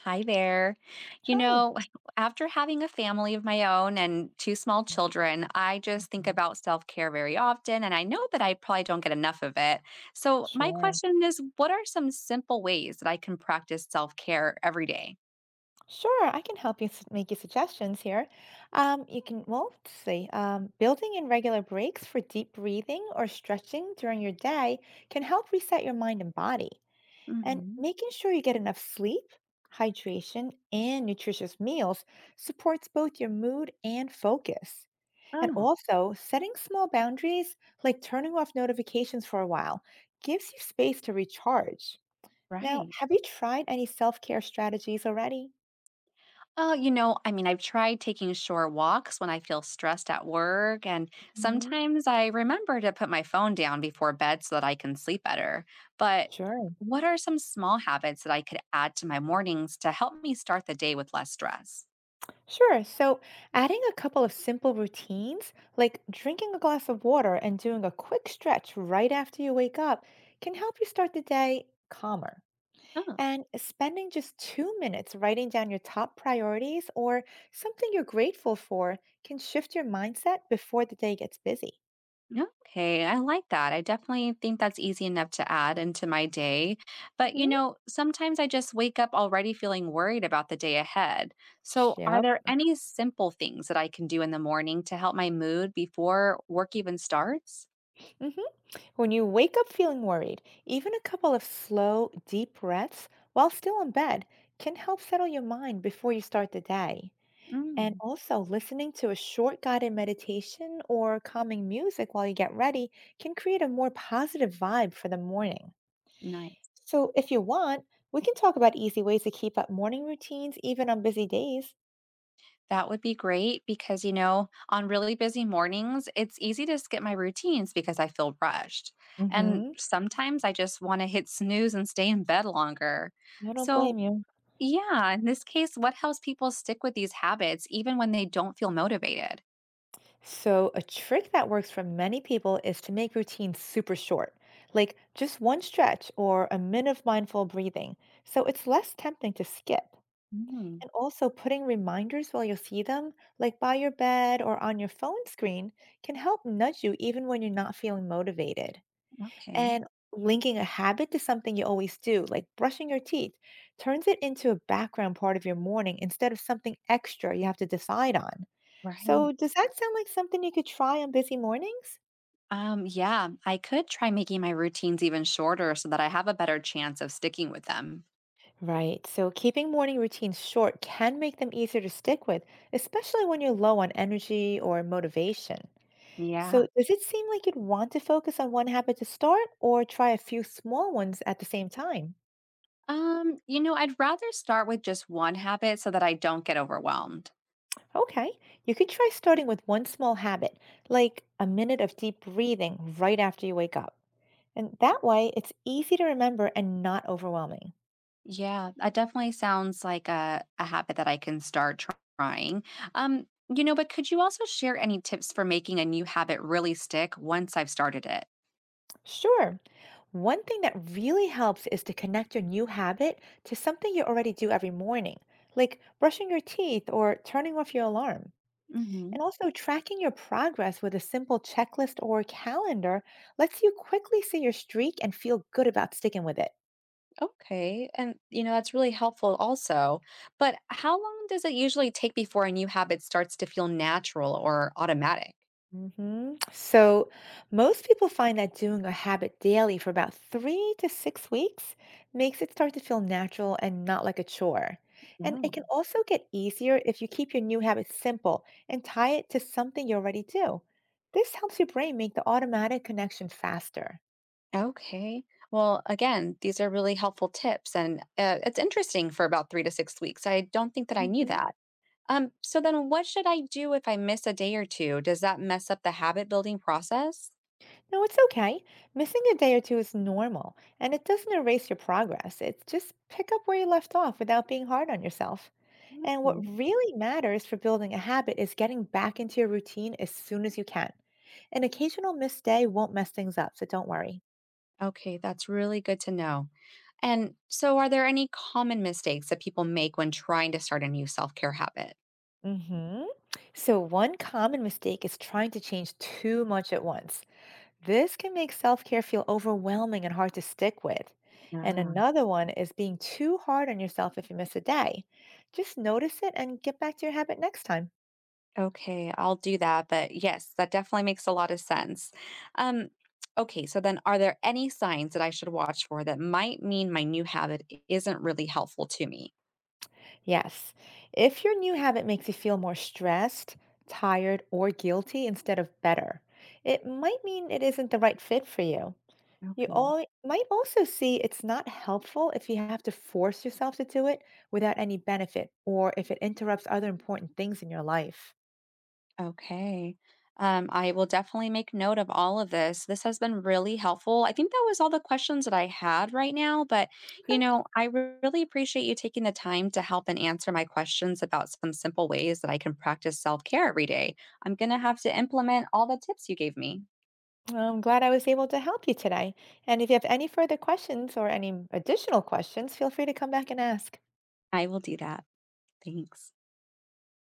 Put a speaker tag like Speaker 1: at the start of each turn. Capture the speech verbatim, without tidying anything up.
Speaker 1: Hi there. You
Speaker 2: Hi.
Speaker 1: know, after having a family of my own and two small children, I just think
Speaker 2: Mhm.
Speaker 1: about self care very often. And I know that I probably don't get enough of it. So, my
Speaker 2: Sure.
Speaker 1: question is, what are some simple ways that I can practice self care every day?
Speaker 2: Sure, I can help you s- Make you suggestions here. Um, you can, well, let's see, um, building in regular breaks for deep breathing or stretching during your day can help reset your mind and body. And
Speaker 1: Mm-hmm.
Speaker 2: making sure you get enough sleep, hydration, and nutritious meals supports both your mood and focus. And
Speaker 1: Oh,
Speaker 2: also, setting small boundaries, like turning off notifications for a while, gives you space to recharge. Now,
Speaker 1: right.
Speaker 2: have you tried any self-care strategies already?
Speaker 1: Oh, you know, I mean, I've tried taking short walks when I feel stressed at work, and
Speaker 2: Mhm.
Speaker 1: sometimes I remember to put my phone down before bed so that I can sleep better. But
Speaker 2: Sure.
Speaker 1: what are some small habits that I could add to my mornings to help me start the day with less stress?
Speaker 2: Sure. So, adding a couple of simple routines, like drinking a glass of water and doing a quick stretch right after you wake up, can help you start the day calmer. And spending just two minutes writing down your top priorities or something you're grateful for can shift your mindset before the day gets busy.
Speaker 1: Okay, I like that. I definitely think that's easy enough to add into my day. But, you
Speaker 2: Hmm.
Speaker 1: know, sometimes I just wake up already feeling worried about the day ahead. So, are
Speaker 2: Yep.
Speaker 1: there any simple things that I can do in the morning to help my mood before work even starts?
Speaker 2: Mhm. When you wake up feeling worried, even a couple of slow, deep breaths while still in bed can help settle your mind before you start the day. And
Speaker 1: Mm,
Speaker 2: also, listening to a short guided meditation or calming music while you get ready can create a more positive vibe for the morning.
Speaker 1: nice.
Speaker 2: So, if you want, we can talk about easy ways to keep up morning routines even on busy days.
Speaker 1: That would be great because, you know, on really busy mornings, it's easy to skip my routines because I feel rushed.
Speaker 2: Mm
Speaker 1: And
Speaker 2: hmm.
Speaker 1: sometimes I just want to hit snooze and stay in bed longer.
Speaker 2: I don't
Speaker 1: So,
Speaker 2: blame you.
Speaker 1: yeah, in this case, what helps people stick with these habits even when they don't feel motivated?
Speaker 2: So, a trick that works for many people is to make routines super short, like just one stretch or a minute of mindful breathing, so it's less tempting to skip.
Speaker 1: Mm,
Speaker 2: And also, putting reminders while you see them, like by your bed or on your phone screen, can help nudge you even when you're not feeling motivated.
Speaker 1: okay,
Speaker 2: And linking a habit to something you always do, like brushing your teeth, turns it into a background part of your morning instead of something extra you have to decide on.
Speaker 1: right.
Speaker 2: So, does that sound like something you could try on busy mornings?
Speaker 1: Um, yeah, I could try making my routines even shorter so that I have a better chance of sticking with them.
Speaker 2: Right. So, keeping morning routines short can make them easier to stick with, especially when you're low on energy or motivation.
Speaker 1: Yeah.
Speaker 2: So, does it seem like you'd want to focus on one habit to start or try a few small ones at the same time?
Speaker 1: Um, you know, I'd rather start with just one habit so that I don't get overwhelmed.
Speaker 2: Okay, you could try starting with one small habit, like a minute of deep breathing right after you wake up. And that way, it's easy to remember and not overwhelming.
Speaker 1: Yeah, that definitely sounds like a, a habit that I can start tr- trying. Um, you know, but could you also share any tips for making a new habit really stick once I've started it?
Speaker 2: Sure, one thing that really helps is to connect your new habit to something you already do every morning, like brushing your teeth or turning off your alarm.
Speaker 1: Mm-hmm.
Speaker 2: And also, tracking your progress with a simple checklist or calendar lets you quickly see your streak and feel good about sticking with it.
Speaker 1: Okay. And, you know, that's really helpful also. But how long does it usually take before a new habit starts to feel natural or automatic?
Speaker 2: Hmm. So, most people find that doing a habit daily for about three to six weeks makes it start to feel natural and not like a chore. And
Speaker 1: Oh.
Speaker 2: it can also get easier if you keep your new habit simple and tie it to something you already do. This helps your brain make the automatic connection faster.
Speaker 1: Okay. Well, again, these are really helpful tips, and uh, it's interesting for about three to six weeks. I don't think that I knew
Speaker 2: Mhm.
Speaker 1: that. Um, so then, what should I do if I miss a day or two? Does that mess up the habit building process?
Speaker 2: Now, it's okay. Missing a day or two is normal, and it doesn't erase your progress. It's just pick up where you left off without being hard on yourself. And what
Speaker 1: Okay.
Speaker 2: really matters for building a habit is getting back into your routine as soon as you can. An occasional missed day won't mess things up, so don't worry.
Speaker 1: Okay, that's really good to know. And so, are there any common mistakes that people make when trying to start a new self care habit?
Speaker 2: Hmm. So, one common mistake is trying to change too much at once. This can make self care feel overwhelming and hard to stick with. And
Speaker 1: Yeah.
Speaker 2: another one is being too hard on yourself if you miss a day. Just notice it and get back to your habit next time.
Speaker 1: Okay, I'll do that. But yes, that definitely makes a lot of sense. Um, okay, so then, are there any signs that I should watch for that might mean my new habit i- isn't really helpful to me?
Speaker 2: Yes. If your new habit makes you feel more stressed, tired, or guilty instead of better, it might mean it isn't the right fit for you. You
Speaker 1: Okay.
Speaker 2: all might also see it's not helpful if you have to force yourself to do it without any benefit or if it interrupts other important things in your life.
Speaker 1: Okay. Um, I will definitely make note of all of this. This has been really helpful. I think that was all the questions that I had right now, but you
Speaker 2: Okay.
Speaker 1: know, I re- really appreciate you taking the time to help and answer my questions about some simple ways that I can practice self care every day. I'm going to have to implement all the tips you gave me.
Speaker 2: Well, I'm glad I was able to help you today. And if you have any further questions or any additional questions, feel free to come back and ask.
Speaker 1: I will do that. Thanks.